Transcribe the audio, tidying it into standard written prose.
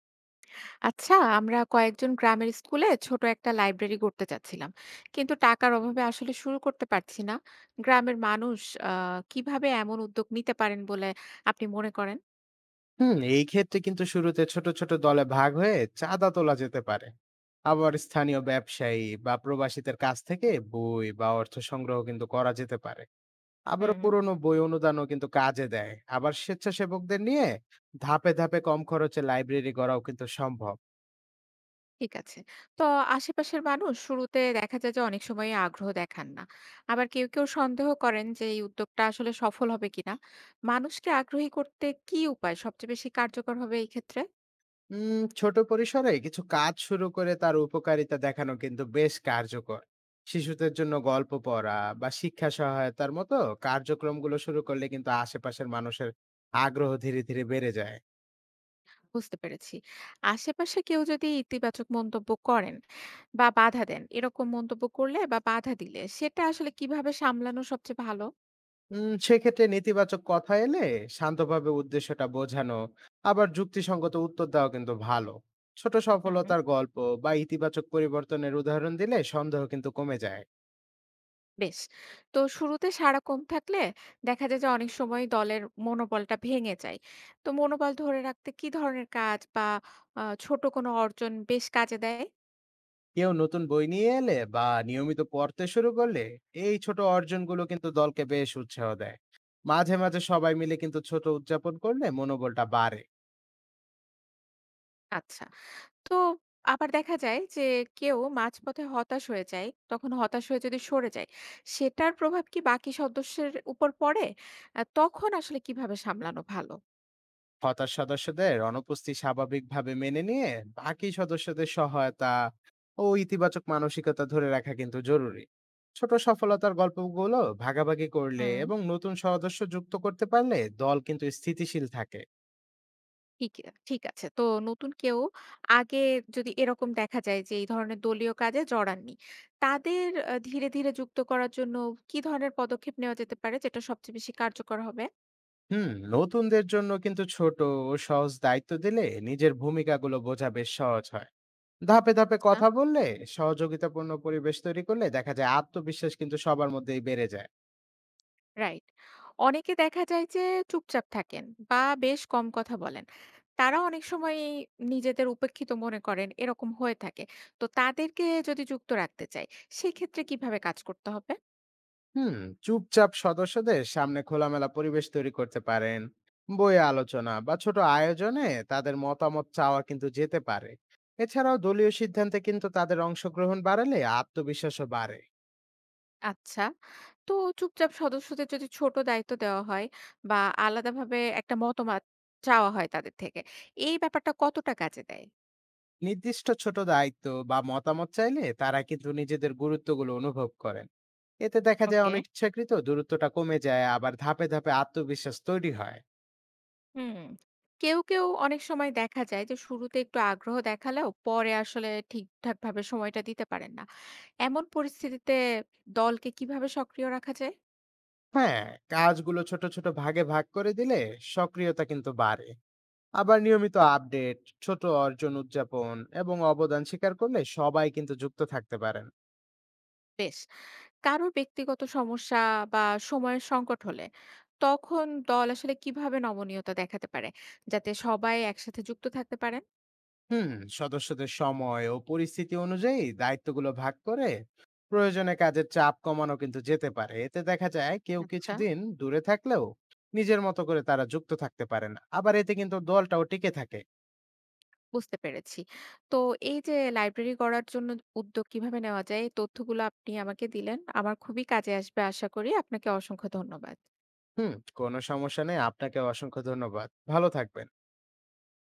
আচ্ছা, আমরা কয়েকজন গ্রামের স্কুলে ছোট একটা লাইব্রেরি করতে চাচ্ছিলাম, কিন্তু টাকার অভাবে আসলে শুরু করতে পারছি না। গ্রামের মানুষ কিভাবে এমন উদ্যোগ নিতে পারেন বলে আপনি মনে করেন? হুম, এই ক্ষেত্রে কিন্তু শুরুতে ছোট ছোট দলে ভাগ হয়ে চাঁদা তোলা যেতে পারে। আবার স্থানীয় ব্যবসায়ী বা প্রবাসীদের কাছ থেকে বই বা অর্থ সংগ্রহ কিন্তু করা যেতে পারে। আবার হুম, পুরনো বই অনুদানও কিন্তু কাজে দেয়। আবার স্বেচ্ছাসেবকদের নিয়ে ধাপে ধাপে কম খরচে লাইব্রেরি গড়াও কিন্তু সম্ভব। ঠিক আছে। তো আশেপাশের মানুষ শুরুতে দেখা যায় যে অনেক সময় আগ্রহ দেখান না, আবার কেউ কেউ সন্দেহ করেন যে এই উদ্যোগটা আসলে সফল হবে কিনা। মানুষকে আগ্রহী করতে কি উপায় সবচেয়ে বেশি কার্যকর হবে এই ক্ষেত্রে? ছোট পরিসরে কিছু কাজ শুরু করে তার উপকারিতা দেখানো কিন্তু বেশ কার্যকর। শিশুদের জন্য গল্প পড়া বা শিক্ষা সহায়তার মতো কার্যক্রমগুলো শুরু করলে কিন্তু আশেপাশের মানুষের আগ্রহ ধীরে ধীরে বেড়ে যায়। বুঝতে পেরেছি। আশেপাশে কেউ যদি ইতিবাচক মন্তব্য করেন বা বাধা দেন। এরকম মন্তব্য করলে বা বাধা দিলে সেটা আসলে কিভাবে সামলানো সবচেয়ে ভালো? সেক্ষেত্রে নেতিবাচক কথা এলে শান্তভাবে উদ্দেশ্যটা বোঝানো আবার যুক্তিসঙ্গত উত্তর দেওয়া কিন্তু ভালো। ছোট হুম, হুম। সফলতার গল্প বা ইতিবাচক পরিবর্তনের উদাহরণ দিলে সন্দেহ কিন্তু কমে যায়। বেশ। তো শুরুতে সাড়া কম থাকলে দেখা যায় যে অনেক সময় দলের মনোবলটা ভেঙে যায়। তো মনোবল ধরে রাখতে কি ধরনের কাজ বা ছোট কোনো অর্জন বেশ কাজে দেয়? কেউ নতুন বই নিয়ে এলে বা নিয়মিত পড়তে শুরু করলে এই ছোট অর্জনগুলো কিন্তু দলকে বেশ উৎসাহ দেয়। মাঝে মাঝে সবাই মিলে কিন্তু ছোট উদযাপন করলে মনোবলটা বাড়ে। আচ্ছা। তো আবার দেখা যায় যে কেউ মাঝপথে হতাশ হয়ে যায়। তখন হতাশ হয়ে যদি সরে যায়, সেটার প্রভাব কি বাকি সদস্যের উপর পড়ে? তখন আসলে কিভাবে সামলানো ভালো? হতাশ সদস্যদের অনুপস্থিতি স্বাভাবিকভাবে মেনে নিয়ে বাকি সদস্যদের সহায়তা ও ইতিবাচক মানসিকতা ধরে রাখা কিন্তু জরুরি। ছোট সফলতার গল্পগুলো ভাগাভাগি করলে হুম। এবং নতুন সদস্য যুক্ত করতে পারলে দল কিন্তু স্থিতিশীল থাকে। ঠিক ঠিক আছে। তো নতুন কেউ আগে যদি এরকম দেখা যায় যে এই ধরনের দলীয় কাজে জড়াননি, তাদের ধীরে, ধীরে যুক্ত করার জন্য কি ধরনের পদক্ষেপ নেওয়া যেতে পারে যেটা সবচেয়ে বেশি কার্যকর হবে? হুম নতুনদের জন্য কিন্তু ছোট ও সহজ দায়িত্ব দিলে নিজের ভূমিকাগুলো বোঝা বেশ সহজ হয়। ধাপে ধাপে আচ্ছা। কথা বললে সহযোগিতাপূর্ণ পরিবেশ তৈরি করলে দেখা যায় আত্মবিশ্বাস কিন্তু সবার মধ্যেই বেড়ে যায়। রাইট। অনেকে দেখা যায় যে চুপচাপ থাকেন বা বেশ কম কথা বলেন। তারা অনেক সময় নিজেদের উপেক্ষিত মনে করেন এরকম হয়ে থাকে। তো তাদেরকে যদি যুক্ত রাখতে চাই, সেক্ষেত্রে কিভাবে কাজ করতে হবে? হুম চুপচাপ সদস্যদের সামনে খোলামেলা পরিবেশ তৈরি করতে পারেন। বই আলোচনা বা ছোট আয়োজনে তাদের মতামত চাওয়া কিন্তু যেতে পারে। এছাড়াও দলীয় সিদ্ধান্তে কিন্তু তাদের অংশগ্রহণ বাড়ালে আত্মবিশ্বাসও বাড়ে। আচ্ছা। তো চুপচাপ সদস্যদের যদি ছোট দায়িত্ব দেওয়া হয় বা আলাদাভাবে একটা মতামত চাওয়া হয় তাদের থেকে, এই ব্যাপারটা কতটা কাজে দেয়? নির্দিষ্ট ছোট দায়িত্ব বা মতামত চাইলে তারা কিন্তু নিজেদের গুরুত্বগুলো অনুভব করেন। এতে দেখা যায় ওকে। অনিচ্ছাকৃত দূরত্বটা কমে যায়, আবার ধাপে ধাপে আত্মবিশ্বাস তৈরি হয়। হুম। কেউ, কেউ অনেক সময় দেখা যায় যে শুরুতে একটু আগ্রহ দেখালেও পরে আসলে ঠিকঠাকভাবে সময়টা দিতে পারেন না। এমন পরিস্থিতিতে দলকে কিভাবে সক্রিয় রাখা যায়? হ্যাঁ, কাজগুলো ছোট ছোট ভাগে ভাগ করে দিলে সক্রিয়তা কিন্তু বাড়ে। আবার নিয়মিত আপডেট, ছোট অর্জন উদযাপন এবং অবদান স্বীকার করলে সবাই কিন্তু যুক্ত থাকতে পারেন। বেশ। কারো ব্যক্তিগত সমস্যা বা সময়ের সংকট হলে তখন দল আসলে কিভাবে নমনীয়তা দেখাতে পারে যাতে সবাই একসাথে যুক্ত থাকতে পারেন? হুম সদস্যদের সময় ও পরিস্থিতি অনুযায়ী দায়িত্বগুলো ভাগ করে প্রয়োজনে কাজের চাপ কমানো কিন্তু যেতে পারে। এতে দেখা যায় কেউ আচ্ছা, কিছুদিন দূরে থাকলেও নিজের মতো করে তারা যুক্ত থাকতে পারেন। আবার এতে কিন্তু দলটাও টিকে থাকে। বুঝতে পেরেছি। তো এই যে লাইব্রেরি গড়ার জন্য উদ্যোগ কিভাবে নেওয়া যায়, এই তথ্যগুলো আপনি আমাকে দিলেন আমার খুবই কাজে আসবে। আশা করি, আপনাকে অসংখ্য ধন্যবাদ। হুম কোনো সমস্যা নেই। আপনাকে অসংখ্য ধন্যবাদ। ভালো থাকবেন।